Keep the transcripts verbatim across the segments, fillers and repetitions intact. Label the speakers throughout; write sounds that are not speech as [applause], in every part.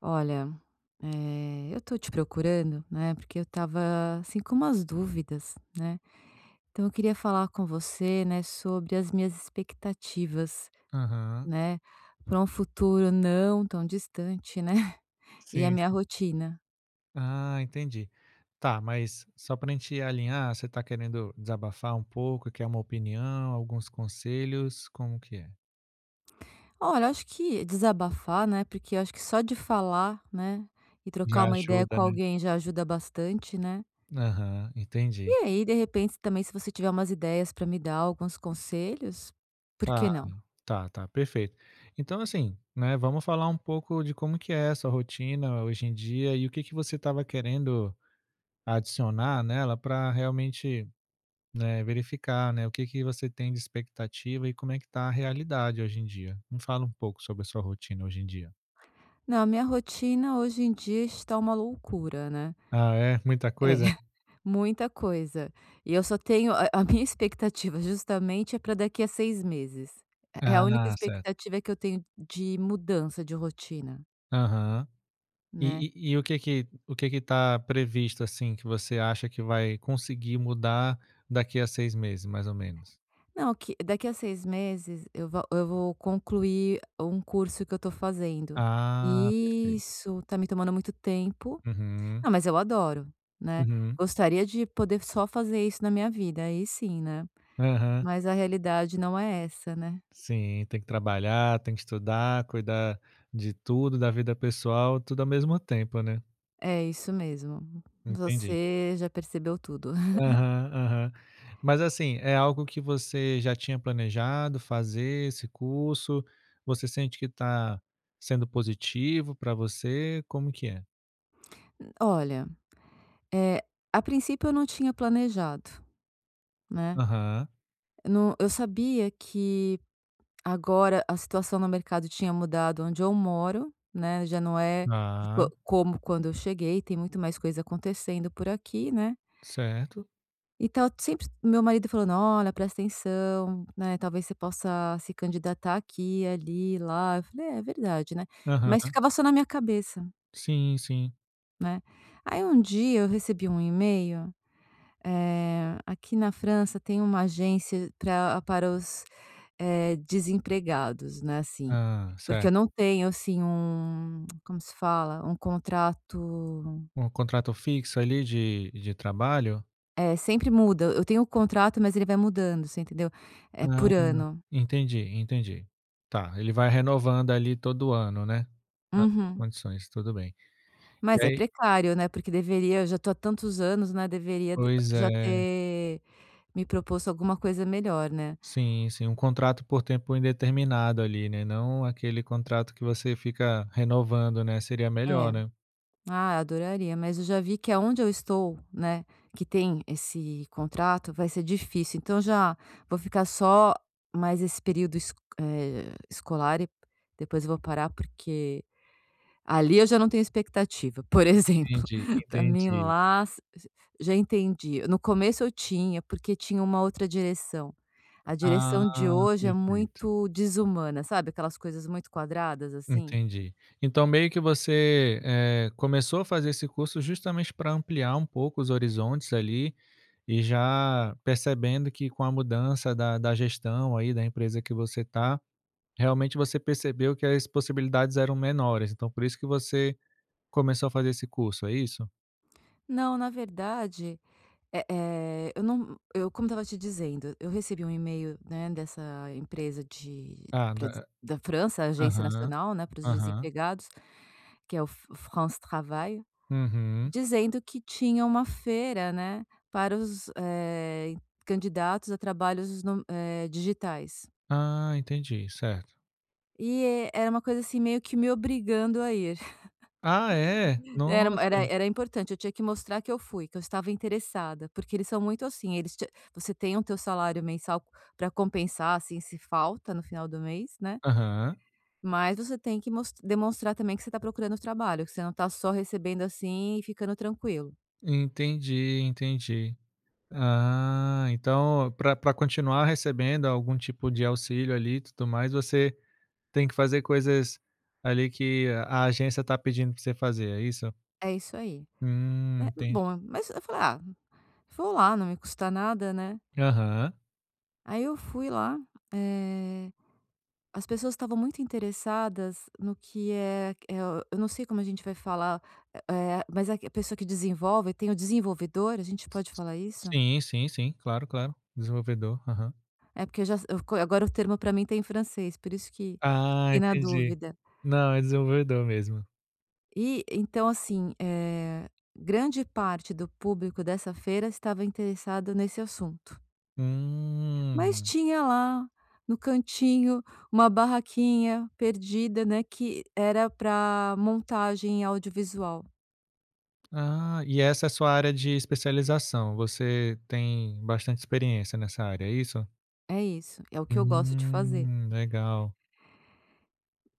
Speaker 1: Olha, eh, eu tô te procurando, né, porque eu estava, assim, com umas dúvidas, né. Então eu queria falar com você, né, sobre as minhas expectativas,
Speaker 2: Aham.
Speaker 1: né, para um futuro não tão distante, né, [laughs] e a
Speaker 2: Sim,
Speaker 1: minha
Speaker 2: sim.
Speaker 1: rotina.
Speaker 2: Ah, entendi. Tá, mas só pra gente alinhar, você tá querendo desabafar um pouco, quer uma opinião, alguns conselhos, como que é?
Speaker 1: Olha, eu acho que desabafar, né, porque eu acho que só de falar, né, e
Speaker 2: Já
Speaker 1: trocar uma ideia
Speaker 2: ajuda,
Speaker 1: com
Speaker 2: né?
Speaker 1: alguém já ajuda bastante, né.
Speaker 2: Aham,
Speaker 1: E
Speaker 2: entendi.
Speaker 1: aí, de repente, também se você tiver umas ideias para me dar, alguns conselhos, por que
Speaker 2: Tá,
Speaker 1: não?
Speaker 2: tá, tá, perfeito. Então, assim, né, vamos falar um pouco de como que é a sua rotina hoje em dia e o que que você estava querendo adicionar nela para realmente Né, verificar, né, o que que você tem de expectativa e como é que tá a realidade hoje em dia. Me fala um pouco sobre a sua rotina hoje em dia.
Speaker 1: Não, a minha rotina hoje em dia está uma loucura, né.
Speaker 2: Ah, é? Muita
Speaker 1: É,
Speaker 2: coisa?
Speaker 1: [laughs] muita coisa. E eu só tenho a a minha [laughs] expectativa justamente é para daqui a seis meses. É é a única
Speaker 2: Ah, certo.
Speaker 1: expectativa que eu tenho de mudança de rotina,
Speaker 2: Aham.
Speaker 1: né.
Speaker 2: E e e o que que o que que tá previsto, assim, que você acha que vai conseguir mudar daqui a seis meses, mais ou menos?
Speaker 1: Não, que daqui a seis meses eu va eu vou concluir um curso que eu estou fazendo.
Speaker 2: Ah, perfeito.
Speaker 1: Isso, está me tomando muito tempo.
Speaker 2: Uhum,
Speaker 1: Não, mas eu adoro, né.
Speaker 2: uhum.
Speaker 1: Gostaria de poder só fazer isso na minha vida, aí sim, né.
Speaker 2: Aham.
Speaker 1: Mas a realidade não é essa, né.
Speaker 2: Sim, tem que trabalhar, tem que estudar, cuidar de tudo, da vida pessoal, tudo ao mesmo tempo, né.
Speaker 1: É isso mesmo.
Speaker 2: Entendi.
Speaker 1: Você já percebeu tudo.
Speaker 2: Aham, aham. Mas assim, é algo que você já tinha planejado fazer esse curso? Você sente que está sendo positivo para você? Como que é?
Speaker 1: [laughs] Olha, eh, a princípio eu não tinha planejado, né.
Speaker 2: Aham,
Speaker 1: Eu Não eu sabia que agora a situação no mercado tinha mudado onde eu moro, né, já não é de
Speaker 2: tá,
Speaker 1: co como quando eu cheguei, tem muito mais coisa acontecendo por aqui, né.
Speaker 2: certo.
Speaker 1: Então, sempre meu marido falando: "Olha, presta atenção, né, talvez você possa se candidatar aqui, ali, lá". Eu falei: "É, é verdade, né". Mas
Speaker 2: Aham,
Speaker 1: ficava só na minha cabeça,
Speaker 2: sim, sim.
Speaker 1: né. Aí um dia eu recebi um e-mail, eh, aqui na França tem uma agência pra para os, eh, desempregados, né, assim,
Speaker 2: Ah,
Speaker 1: porque eu
Speaker 2: certo.
Speaker 1: não tenho, assim, um como se fala? Um contrato
Speaker 2: Um contrato fixo ali de de trabalho?
Speaker 1: é, sempre muda. Eu tenho o contrato, mas ele vai mudando, você entendeu? É
Speaker 2: Ah,
Speaker 1: por ano.
Speaker 2: entendi, entendi. Tá, ele vai renovando ali todo ano, né, as
Speaker 1: Uhum.
Speaker 2: condições, tudo bem. E
Speaker 1: Mas é
Speaker 2: aí
Speaker 1: precário, né, porque deveria eu já tô há tantos anos, né, deveria d
Speaker 2: pois
Speaker 1: já
Speaker 2: é.
Speaker 1: ter me proposto alguma coisa melhor, né.
Speaker 2: Sim, sim, um contrato por tempo indeterminado ali, né, não aquele contrato que você fica renovando, né, seria melhor,
Speaker 1: É.
Speaker 2: né.
Speaker 1: Ah, adoraria, mas eu já vi que aonde eu estou, né, que tem esse contrato, vai ser difícil, então já vou ficar só mais esse período es eh, escolar e depois eu vou parar porque ali eu já não tenho expectativa. Por exemplo,
Speaker 2: Entendi,
Speaker 1: [laughs] para mim
Speaker 2: entendi.
Speaker 1: lá s s já entendi. No começo eu tinha, porque tinha uma outra direção. A direção de
Speaker 2: Ah,
Speaker 1: hoje é
Speaker 2: perfeito,
Speaker 1: muito desumana, sabe, aquelas coisas muito quadradas, assim?
Speaker 2: entendi. Então meio que você, eh, começou a fazer esse curso justamente para ampliar um pouco os horizontes ali, e já percebendo que com a mudança da da gestão aí da empresa que você está, realmente você percebeu que as possibilidades eram menores, então por isso que você começou a fazer esse curso, é isso?
Speaker 1: Não, na verdade, eh eh, eu não eu como estava te dizendo, eu recebi um e-mail, né, dessa empresa de
Speaker 2: Ah,
Speaker 1: pra des
Speaker 2: da
Speaker 1: da França, a Agência
Speaker 2: aham,
Speaker 1: Nacional, né, para os
Speaker 2: aham.
Speaker 1: Desempregados, que é o F France Travail.
Speaker 2: Uhum.
Speaker 1: Dizendo que tinha uma feira, né, para os, eh, candidatos a trabalhos no eh, digitais.
Speaker 2: Ah, entendi, certo.
Speaker 1: E, eh, era uma coisa, assim, meio que me obrigando a ir.
Speaker 2: Ah, é?
Speaker 1: [laughs] Era era
Speaker 2: Nossa.
Speaker 1: era importante, eu tinha que mostrar que eu fui, que eu estava interessada, porque eles são muito assim, eles te você tem o teu salário mensal para compensar, assim, se falta no final do mês, né,
Speaker 2: Aham.
Speaker 1: mas você tem que mos demonstrar também que você está procurando trabalho, que você não está só recebendo, assim, e ficando tranquilo.
Speaker 2: Entendi, entendi. Ah, então para para continuar recebendo algum tipo de auxílio ali e tudo mais, você tem que fazer coisas ali que a a agência está pedindo para você fazer, é isso?
Speaker 1: É isso aí.
Speaker 2: Hum,
Speaker 1: É,
Speaker 2: entendi.
Speaker 1: bom, mas eu falei: "Ah, vou lá, não me custa nada, né".
Speaker 2: Aham.
Speaker 1: Aí eu fui lá, eh, as pessoas estavam muito interessadas no que é é o eu não sei como a gente vai falar, eh, eh, mas a a pessoa que desenvolve tem o desenvolvedor, a gente pode
Speaker 2: s
Speaker 1: falar isso?
Speaker 2: Sim, sim, sim. Claro, claro. Desenvolvedor. Aham.
Speaker 1: É porque eu já eu co agora o termo para mim tá em francês, por isso que
Speaker 2: Ah,
Speaker 1: fiquei na
Speaker 2: entendi.
Speaker 1: dúvida.
Speaker 2: Não, é desenvolvedor mesmo.
Speaker 1: E então assim, eh, grande parte do público dessa feira estava interessado nesse assunto. Mas
Speaker 2: Hum.
Speaker 1: tinha lá, no cantinho, uma barraquinha perdida, né, que era para montagem audiovisual.
Speaker 2: Ah, e essa é a sua área de especialização, você tem bastante experiência nessa área, é isso?
Speaker 1: É isso, é o que eu gosto de fazer.
Speaker 2: Hum, legal.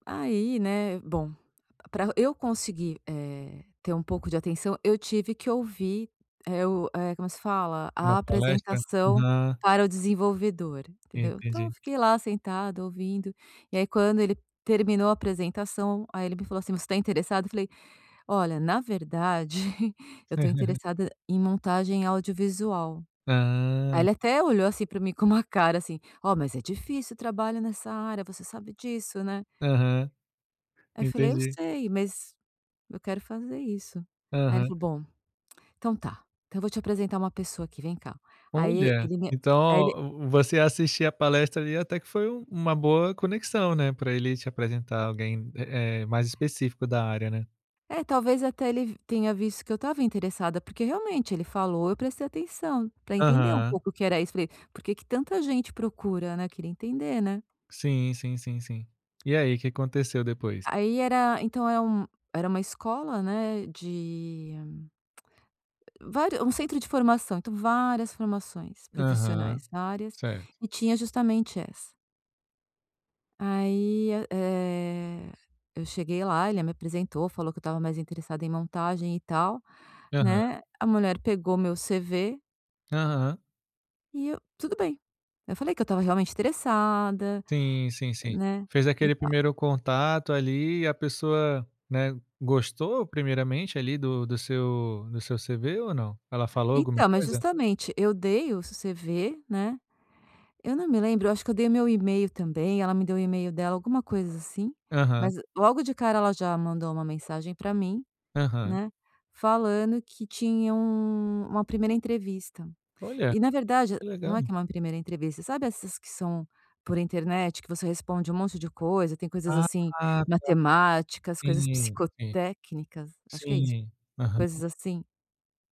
Speaker 1: Aí, né, bom, para eu conseguir, eh, ter um pouco de atenção, eu tive que ouvir, eh, o eh, como se fala?
Speaker 2: Uma
Speaker 1: A
Speaker 2: palestra?
Speaker 1: apresentação
Speaker 2: Aham,
Speaker 1: para o desenvolvedor, entendeu. Então eu
Speaker 2: entendi.
Speaker 1: fiquei lá sentada ouvindo, e aí quando ele terminou a apresentação, aí ele me falou assim: "Você está interessado?" Eu falei: "Olha, na verdade, [laughs] eu tô
Speaker 2: [laughs]
Speaker 1: interessada em montagem audiovisual". Aí
Speaker 2: Ah,
Speaker 1: ele até olhou, assim, pra mim com uma cara, assim: "Ó, mas é difícil o trabalho nessa área, você sabe disso, né?"
Speaker 2: aham,
Speaker 1: Aí eu falei: "Eu
Speaker 2: entendi.
Speaker 1: sei, mas eu quero fazer isso". Aí ele
Speaker 2: Aham.
Speaker 1: falou: "Bom, então tá, então eu vou te apresentar uma pessoa aqui, vem cá". Aí
Speaker 2: Olha,
Speaker 1: ele me aí ele
Speaker 2: então você assistir a palestra ali até que foi um uma boa conexão, né, para ele te apresentar alguém, eh eh, mais específico da área, né?
Speaker 1: É, talvez até ele tenha visto que eu estava interessada, porque realmente ele falou, eu prestei atenção pra entender um
Speaker 2: Aham.
Speaker 1: pouco o que era isso. Falei: "Por que que tanta gente procura, né?" Eu queria entender, né.
Speaker 2: Sim, sim, sim, sim. E aí, o que aconteceu depois?
Speaker 1: Aí era então era um Era uma escola, né, de vários um centro de formação, então várias formações
Speaker 2: Aham.
Speaker 1: profissionais, várias
Speaker 2: Certo.
Speaker 1: e tinha justamente essa. Aí, eh, eh, eu cheguei lá, ele me apresentou, falou que eu estava mais interessada em montagem e tal,
Speaker 2: Aham,
Speaker 1: né, a mulher pegou meu C V
Speaker 2: aham.
Speaker 1: e eu tudo bem. Eu falei que eu estava realmente interessada,
Speaker 2: Sim, sim, sim.
Speaker 1: né,
Speaker 2: Fez
Speaker 1: e
Speaker 2: aquele
Speaker 1: tal.
Speaker 2: primeiro contato ali e a pessoa, né, gostou primeiramente ali do do seu do seu C V ou não? Ela falou alguma
Speaker 1: Então, mas
Speaker 2: coisa?
Speaker 1: justamente eu dei o C V, né. Eu não me lembro, eu acho que eu dei o meu e-mail também, ela me deu o e-mail dela, alguma coisa assim,
Speaker 2: Aham,
Speaker 1: mas logo de cara ela já mandou uma mensagem pra mim,
Speaker 2: aham.
Speaker 1: né, falando que tinha um uma primeira entrevista.
Speaker 2: Olha,
Speaker 1: E na verdade,
Speaker 2: que legal.
Speaker 1: não é que é uma primeira entrevista, sabe essas que são por internet, que você responde um monte de coisa, tem coisas assim,
Speaker 2: Ah,
Speaker 1: matemáticas, coisas
Speaker 2: sim, sim.
Speaker 1: psicotécnicas, acho que é isso,
Speaker 2: Sim. Aham,
Speaker 1: coisas assim.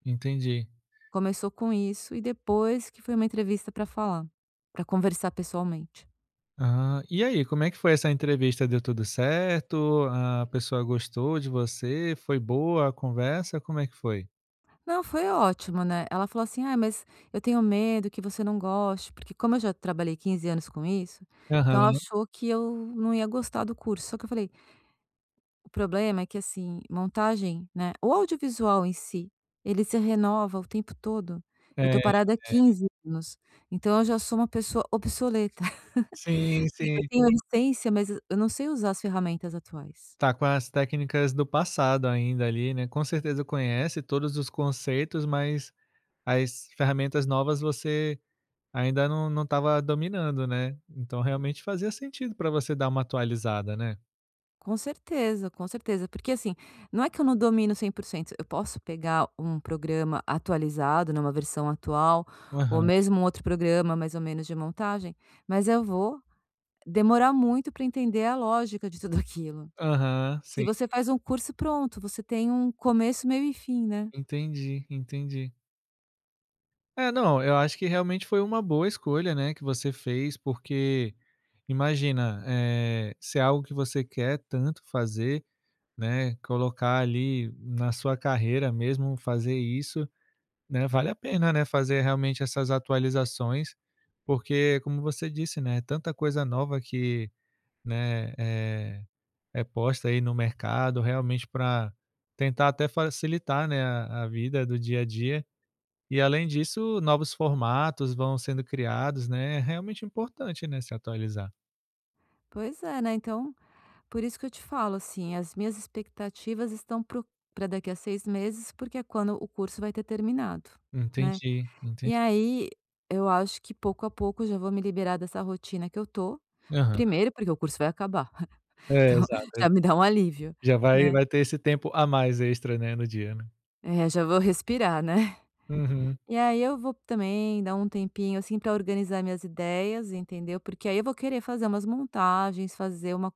Speaker 2: entendi.
Speaker 1: Começou com isso e depois que foi uma entrevista pra falar, pra conversar pessoalmente.
Speaker 2: Ah, e aí, como é que foi essa entrevista? Deu tudo certo? A pessoa gostou de você? Foi boa a conversa? Como é que foi?
Speaker 1: Não, foi ótimo, né. Ela falou assim: "Ah, mas eu tenho medo que você não goste", porque como eu já trabalhei quinze anos com isso, então
Speaker 2: Aham,
Speaker 1: ela achou que eu não ia gostar do curso. Só que eu falei: "O problema é que, assim, montagem, né, o audiovisual em si, ele se renova o tempo todo. Eu tô
Speaker 2: é.
Speaker 1: parada há quinze anos, então eu já sou uma pessoa obsoleta. [laughs]
Speaker 2: Sim,
Speaker 1: Eu
Speaker 2: sim.
Speaker 1: tenho a essência, mas eu não sei usar as ferramentas atuais".
Speaker 2: Tá com as técnicas do passado ainda ali, né, com certeza conhece todos os conceitos, mas as ferramentas novas você ainda não não estava dominando, né. Então realmente fazia sentido para você dar uma atualizada, né.
Speaker 1: Com certeza, com certeza, porque assim, não é que eu não domino cem por cento. Eu posso pegar um programa atualizado, numa versão atual, ou
Speaker 2: Aham,
Speaker 1: mesmo um outro programa mais ou menos de montagem, mas eu vou demorar muito para entender a lógica de tudo [laughs] aquilo.
Speaker 2: aham,
Speaker 1: Se
Speaker 2: sim,
Speaker 1: você faz um curso, pronto, você tem um começo, meio e fim, né.
Speaker 2: entendi, entendi. É, não, eu acho que realmente foi uma boa escolha, né, que você fez, porque imagina, eh, se é algo que você quer tanto fazer, né, colocar ali na sua carreira mesmo, fazer isso, Né, vale a pena, né, fazer realmente essas atualizações, porque como você disse, né, tanta coisa nova que, né, é é posta aí no mercado, realmente para tentar até facilitar, né, a a vida do dia a dia. E além disso, novos formatos vão sendo criados, né, é realmente importante, né, se atualizar.
Speaker 1: Pois é, né, então, por isso que eu te falo, assim, as minhas expectativas estão para daqui a seis meses, porque é quando o curso vai ter terminado, né.
Speaker 2: Entendi,
Speaker 1: E
Speaker 2: entendi.
Speaker 1: aí, eu acho que pouco a pouco eu já vou me liberar dessa rotina que eu tô.
Speaker 2: Aham.
Speaker 1: Primeiro, porque o curso vai acabar, [laughs]
Speaker 2: É,
Speaker 1: então
Speaker 2: exato,
Speaker 1: já me dá um alívio,
Speaker 2: já vai
Speaker 1: né.
Speaker 2: vai ter esse tempo a mais extra, né, no dia, né.
Speaker 1: É, já vou respirar, né.
Speaker 2: Uhum.
Speaker 1: E aí eu vou também dar um tempinho, assim, para organizar minhas ideias, entendeu, porque aí eu vou querer fazer umas montagens, fazer uma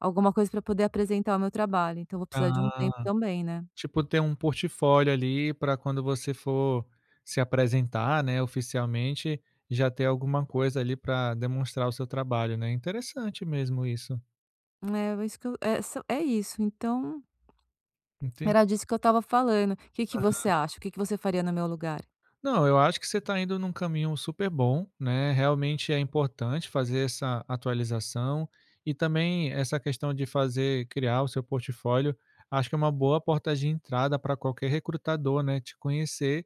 Speaker 1: alguma coisa para poder apresentar o meu trabalho, então eu vou precisar de um tempo
Speaker 2: Ah.
Speaker 1: também, né.
Speaker 2: Tipo, ter um portfólio ali para quando você for se apresentar, né, oficialmente, já ter alguma coisa ali para demonstrar o seu trabalho, né. Interessante mesmo isso.
Speaker 1: É isso que eu é só é isso, então
Speaker 2: Entendi.
Speaker 1: era disso que eu estava falando. O que que
Speaker 2: Aham.
Speaker 1: você acha? O que que você faria no meu lugar?
Speaker 2: Não, eu acho que você está indo num caminho super bom, né. Realmente é importante fazer essa atualização e também essa questão de fazer criar o seu portfólio, acho que é uma boa porta de entrada para qualquer recrutador, né, te conhecer,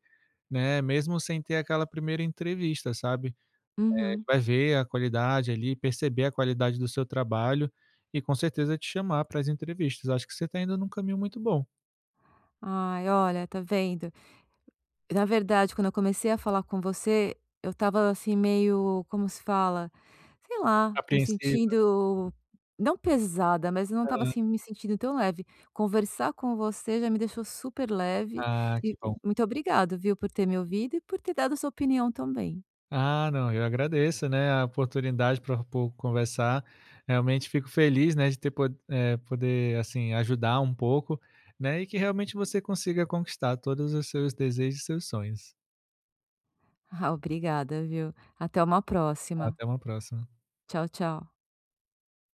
Speaker 2: né, mesmo sem ter aquela primeira entrevista, sabe.
Speaker 1: Uhum.
Speaker 2: Vai ver a qualidade ali, perceber a qualidade do seu trabalho e com certeza te chamar para as entrevistas. Acho que você está indo num caminho muito bom.
Speaker 1: Ai, olha, tá vendo? Na verdade, quando eu comecei a falar com você, eu estava assim meio, como se fala? Sei lá, me
Speaker 2: Apreensivo.
Speaker 1: sentindo não pesada, mas eu não estava assim me sentindo tão leve. Conversar com você já me deixou super leve
Speaker 2: Ah, que
Speaker 1: e
Speaker 2: bom.
Speaker 1: muito obrigado, viu, por ter me ouvido e por ter dado sua opinião também. [laughs]
Speaker 2: Ah, não, eu agradeço, né, a oportunidade para conversar. Realmente fico feliz, né, de ter pod eh, poder, assim, ajudar um pouco, né, e que realmente você consiga conquistar todos os seus desejos e seus sonhos.
Speaker 1: Ah, obrigada, viu? Até uma próxima.
Speaker 2: Até uma próxima.
Speaker 1: Tchau, tchau.